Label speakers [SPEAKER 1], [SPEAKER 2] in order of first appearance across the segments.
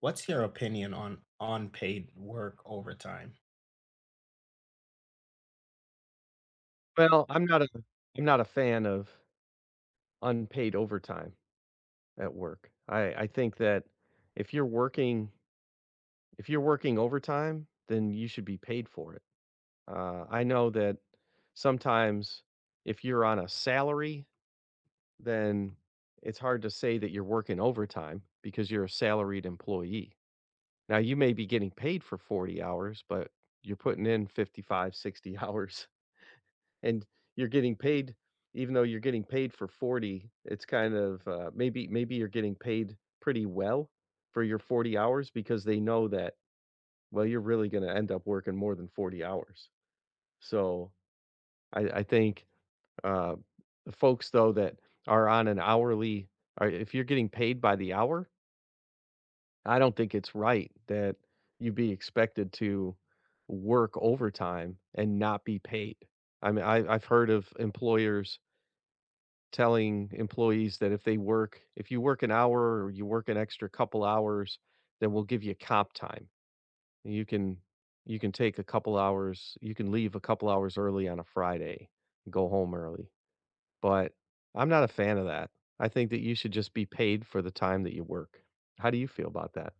[SPEAKER 1] What's your opinion on paid work overtime?
[SPEAKER 2] Well, I'm not a fan of unpaid overtime at work. I think that if you're working if you're working overtime, then you should be paid for it. I know that sometimes if you're on a salary, then it's hard to say that you're working overtime because you're a salaried employee. Now you may be getting paid for 40 hours, but you're putting in 55, 60 hours. And you're getting paid. Even though you're getting paid for 40, it's kind of, maybe you're getting paid pretty well for your 40 hours because they know that, well, you're really gonna end up working more than 40 hours. So, I think, uh, the folks, though, that are on an hourly or if you're getting paid by the hour, I don't think it's right that you be expected to work overtime and not be paid. I mean, I've heard of employers telling employees that if you work an hour or you work an extra couple hours, then we'll give you comp time. And you can you can take a couple hours you can leave a couple hours early on a Friday and go home early. But I'm not a fan of that. I think that you should just be paid for the time that you work. How do you feel about that?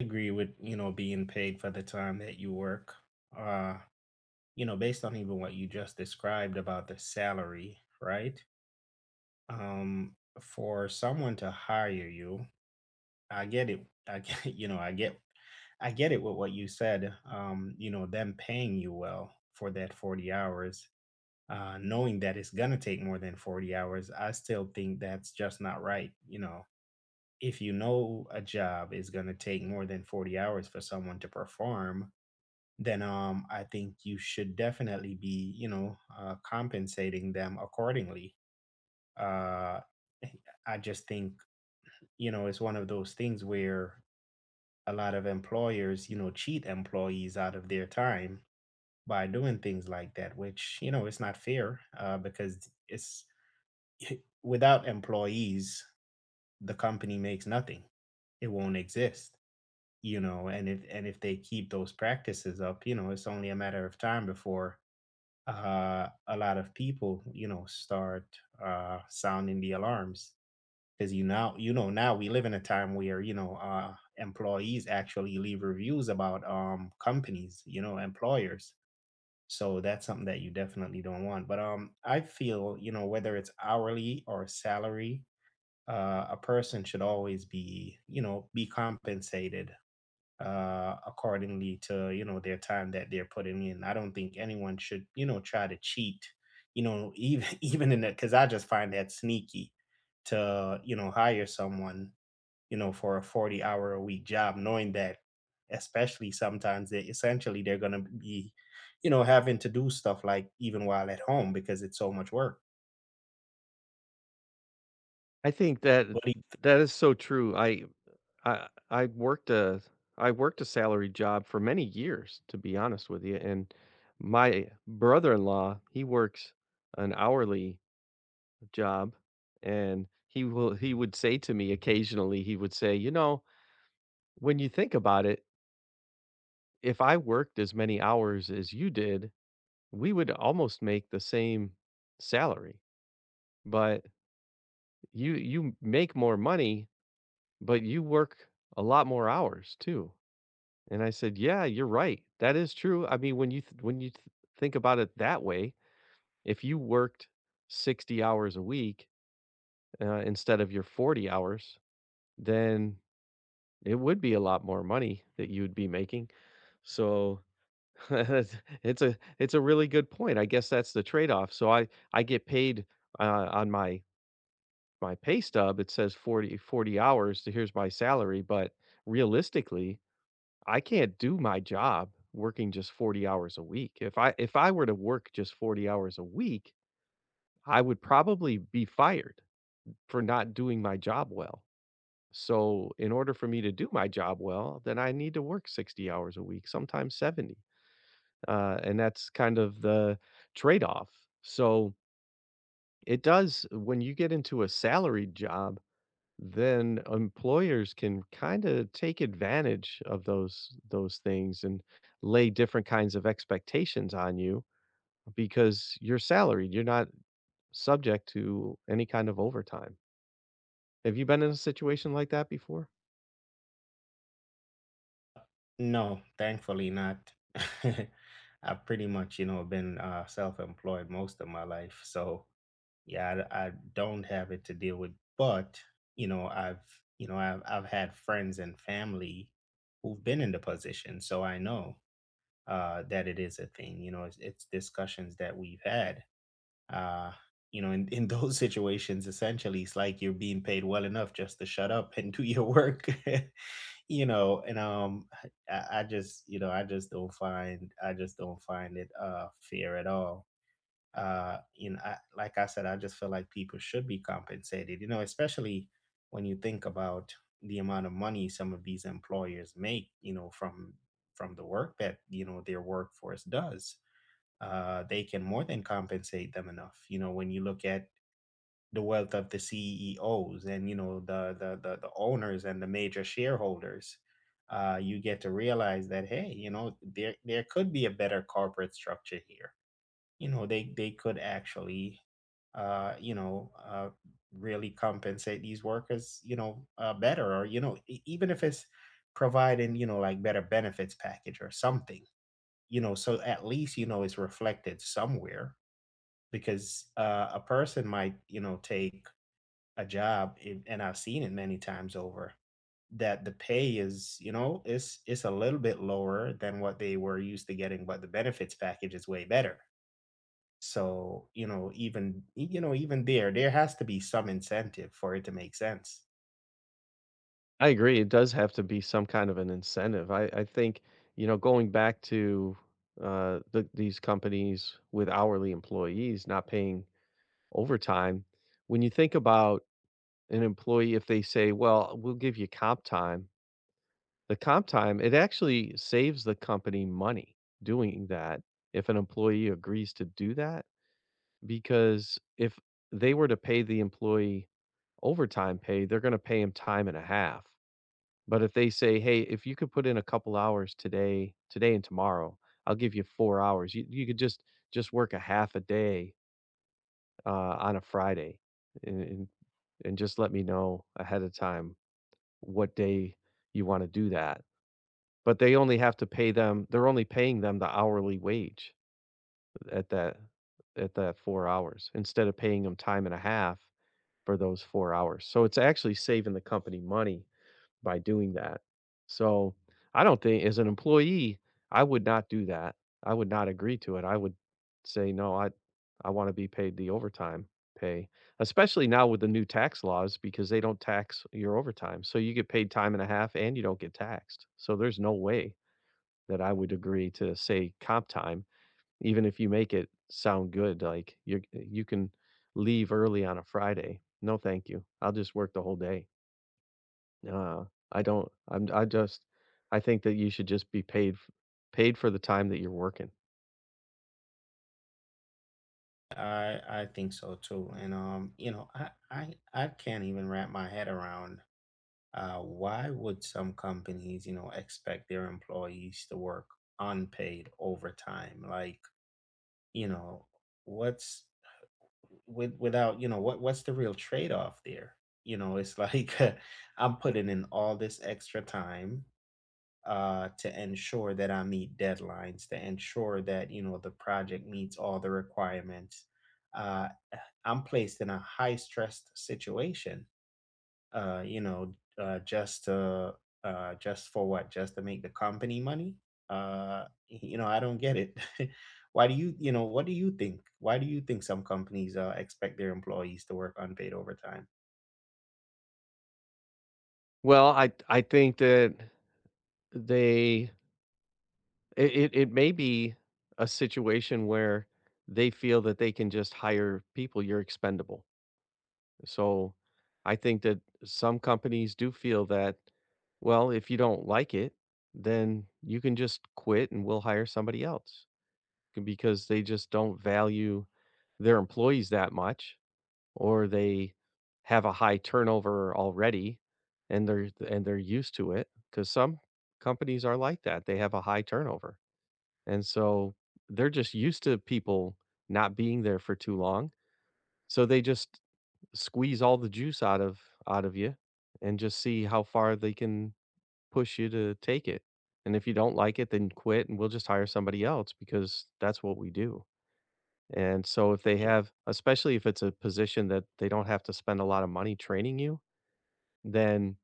[SPEAKER 1] Agree with, you know, being paid for the time that you work. Uh, you know, based on even what you just described about the salary, right? Um, for someone to hire you, I get it. I get, you know, I get it with what you said. You know, them paying you well for that 40 hours, knowing that it's gonna take more than 40 hours, I still think that's just not right, you know. If you know a job is going to take more than 40 hours for someone to perform, then I think you should definitely be, you know, compensating them accordingly. uh eh, I just think, you know, it's one of those things where a lot of employers, you know, cheat employees out of their time by doing things like that, which, you know, it's not fair, because it's without employees, the company makes nothing, it won't exist. You know, and if they keep those practices up, you know, it's only a matter of time before a lot of people, you know, start sounding the alarms. Because you now, you know, now we live in a time where, you know, employees actually leave reviews about companies, you know, employers. So that's something that you definitely don't want. But I feel, you know, whether it's hourly or salary, a person should always be, you know, be compensated accordingly to, you know, their time that they're putting in. I don't think anyone should, you know, try to cheat, you know, even even in that, because I just find that sneaky, to, you know, hire someone, you know, for a 40 hour a week job, knowing that, especially sometimes, they essentially, they're going to be, you know, having to do stuff like even while at home because it's so much work.
[SPEAKER 2] I think that
[SPEAKER 1] What do
[SPEAKER 2] that is so true. I I worked a I worked a salary job for many years, to be honest with you, and my brother-in-law, he works an hourly job, and he would say to me occasionally, he would say, "You know, when you think about it, if I worked as many hours as you did, we would almost make the same salary. But you make more money, but you work a lot more hours too." And I said, "Yeah, you're right. That is true." I mean, think about it that way, if you worked 60 hours a week instead of your 40 hours, then it would be a lot more money that you'd be making. So it's a really good point. I guess that's the trade-off. So I get paid on my pay stub it says 40 40 hours, so here's my salary, but realistically I can't do my job working just 40 hours a week. If I were to work just 40 hours a week, I would probably be fired for not doing my job well. So, in order for me to do my job well, then I need to work 60 hours a week, sometimes 70. And that's kind of the trade off. So, it does when you get into a salaried job, then employers can kind of take advantage of those things and lay different kinds of expectations on you because you're salaried, you're not subject to any kind of overtime. Have you been in a situation like that before?
[SPEAKER 1] You, no, thankfully not. I've pretty much, you know, been self-employed most of my life, so yeah, I don't have it to deal with, but you know, I've you know, I've had friends and family who've been in the position, so I know that it is a thing. You know, it's discussions that we've had. Uh, you know, in those situations, essentially, it's like you're being paid well enough just to shut up and do your work. You know, and I just, you know, I just don't find it fair at all. You know, like I said, I just feel like people should be compensated, you know, especially when you think about the amount of money some of these employers make, you know, from the work that, you know, their workforce does. They can more than compensate them enough, you know, when you look at the wealth of the CEOs and, you know, the owners and the major shareholders. You get to realize that, hey, you know, there could be a better corporate structure here. You know, they could actually uh you know uh really compensate these workers, you know, better, or, you know, e- even if it's providing, you know, like better benefits package or something, you know, so at least, you know, it's reflected somewhere. Because a person might, you know, take a job, and I've seen it many times over, that the pay is, you know, it's a little bit lower than what they were used to getting, but the benefits package is way better. So, you know, even, you know, even there, there has to be some incentive for it to make sense.
[SPEAKER 2] I agree it does have to be some kind of an incentive. I think, you know, going back to these companies with hourly employees not paying overtime. When you think about an employee, if they say, "Well, we'll give you comp time." The comp time, it actually saves the company money doing that, if an employee agrees to do that, because if they were to pay the employee overtime pay, they're gonna pay him time and a half. But if they say, "Hey, if you could put in a couple hours today and tomorrow, I'll give you 4 hours. You could just work a half a day, on a Friday, and and just let me know ahead of time what day you wanna do that." But they only have to pay them, they're only paying them the hourly wage at that at that 4 hours instead of paying them time and a half for those 4 hours. So it's actually saving the company money by doing that. So, I don't think as an employee, I would not do that. I would not agree to it. I would say, "No, I wanna be paid the overtime pay," especially now with the new tax laws because they don't tax your overtime. So, you get paid time and a half and you don't get taxed. So, there's no way that I would agree to, say, comp time, even if you make it sound good, like, you can leave early on a Friday. No, thank you. I'll just work the whole day. Uh, I don't I'm I just I think that you should just be paid f paid for the time that you're working.
[SPEAKER 1] I think so too. And you know, I can't even wrap my head around why would some companies, you know, expect their employees to work unpaid overtime? Like, you know, what's without, you know, what's the real trade-off there? You know, it's like I'm putting in all this extra time to ensure that I meet deadlines, to ensure that, you know, the project meets all the requirements. Uh, I'm placed in a high stressed situation, uh, you know, uh, just to, just for what? Just to make the company money? You know, I don't get it. Why do you, you know, what do you think? Why do you think some companies expect their employees to work unpaid overtime?
[SPEAKER 2] Well, I think that they it may be a situation where they feel that they can just hire people, you're expendable. So, I think that some companies do feel that, well, if you don't like it, then you can just quit and we'll hire somebody else, c because they just don't value their employees that much. Or they have a high turnover already, and they're used to it, because some companies are like that, they have a high turnover, and so they're just used to people not being there for too long, so they just squeeze all the juice out of you and just see how far they can push you to take it. And if you don't like it, then quit and we'll just hire somebody else, because that's what we do. And so if they
[SPEAKER 1] Yeah,
[SPEAKER 2] have, especially if it's a position that they don't have to spend a lot of money training you, then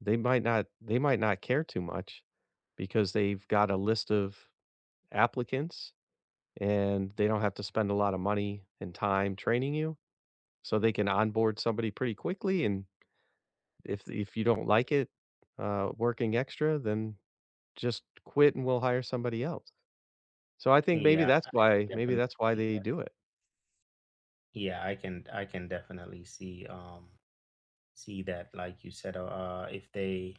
[SPEAKER 2] they might not care too much, because they've got a list of applicants and they don't have to spend a lot of money and time training you. So they can onboard somebody pretty quickly, and if you don't like it, working extra, then just quit and we'll hire somebody else. So I think
[SPEAKER 1] yeah, I
[SPEAKER 2] maybe
[SPEAKER 1] definitely
[SPEAKER 2] that's why
[SPEAKER 1] see
[SPEAKER 2] they
[SPEAKER 1] that.
[SPEAKER 2] do it.
[SPEAKER 1] Yeah, I can definitely see. See that, like you said, if they,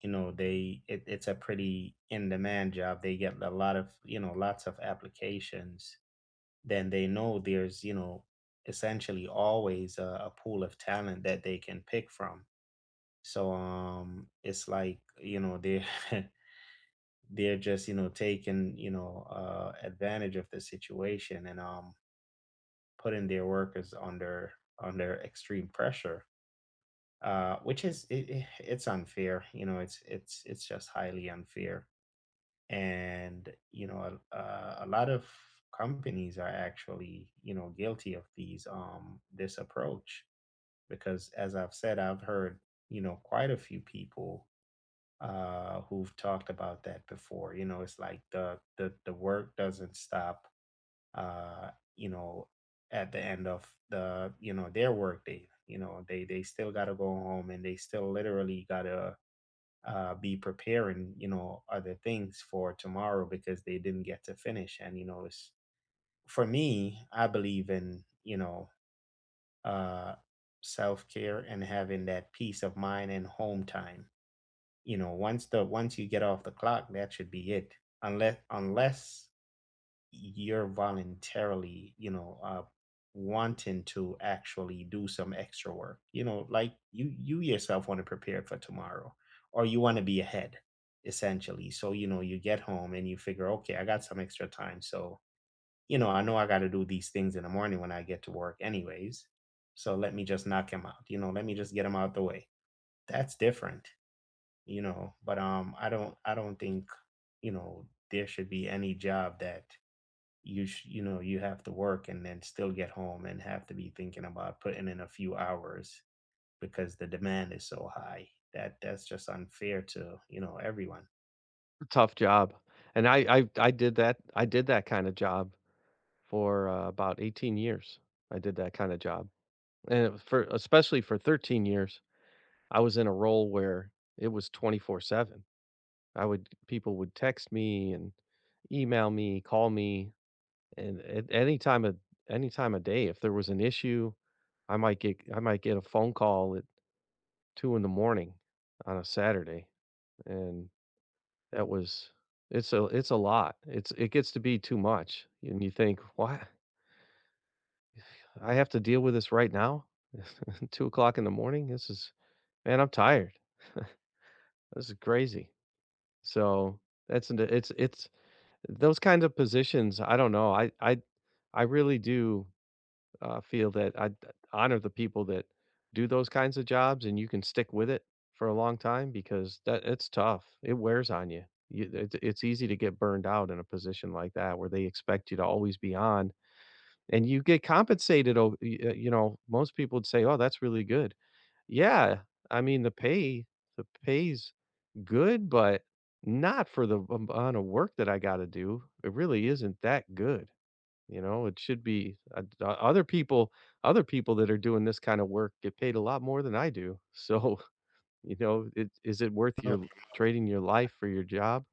[SPEAKER 1] you know, they it, it's a pretty in demand job, they get a lot of, you know, lots of applications, then they know there's, you know, essentially always a pool of talent that they can pick from. So it's like, you know, they're they're just, you know, taking, you know, advantage of the situation, and putting their workers under extreme pressure, which is it's unfair. You know, it's just highly unfair. And you know, a lot of companies are actually, you know, guilty of these this approach, because, as I've said, I've heard, you know, quite a few people who've talked about that before. You know, it's like the work doesn't stop, you know, at the end of the, you know, their workday. You know, they still gotta go home and they still literally gotta be preparing, you know, other things for tomorrow because they didn't get to finish. And you know, it's, for me, I believe in, you know, uh, self care and having that peace of mind and home time. You know, once you get off the clock, that should be it. Unless you're voluntarily, you know, wanting to actually do some extra work. You know, like you yourself want to prepare for tomorrow, or you want to be ahead, essentially. So you know, you get home and you figure, okay, I got some extra time, so you know I got to do these things in the morning when I get to work, anyways. So let me just knock him out. You know, let me just get him out the way. That's different, you know. But I don't think, you know, there should be any job that you know, you have to work and then still get home and have to be thinking about putting in a few hours because the demand is so high. That's just unfair to, you know, everyone.
[SPEAKER 2] Tough job. And I did that kinda job for, about 18 years. I did that kinda job. And for especially for 13 years, I was in a role where it was 24/7. I would people would text me and email me, call me, and at any time of day, if there was an issue, I might get a phone call at 2 in the morning on a Saturday, and that was it's a lot. It's it gets to be too much, and you think, "Why I have to deal with this right now? 2 o'clock in the morning? This is, man, I'm tired. This is crazy." So, that's an it's those kinds of positions, I don't know, I really do feel that I honor the people that do those kinds of jobs, and you can stick with it for a long time, because that, it's tough. It wears on you. It's easy to get burned out in a position like that where they expect you to always be on, and you get compensated. You know, most people would say, oh, that's really good. Yeah. I mean, the pay, the pay's good, but not for the amount of work that I got to do. It really isn't that good. You know, it should be. O Other people, that are doing this kind of work get paid a lot more than I do. So, you know, it is it worth
[SPEAKER 1] No,
[SPEAKER 2] your trading your life for your job?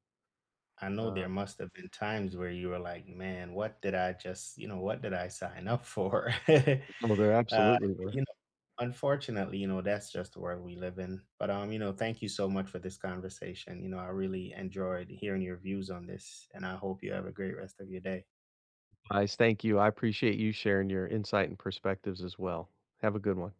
[SPEAKER 1] I know there
[SPEAKER 2] Uh,
[SPEAKER 1] must have been times where you were like, "Man, what did I just, you know, what did I sign up for?"
[SPEAKER 2] well, there
[SPEAKER 1] Uh,
[SPEAKER 2] absolutely were.
[SPEAKER 1] you know, unfortunately, you know, that's just the world we live in. But you know, thank you so much for this conversation. You know, I really enjoyed hearing your views on this, and I hope you have a great rest of your day.
[SPEAKER 2] Guys, thank you. I appreciate you sharing your insight and perspectives as well. Have a good one.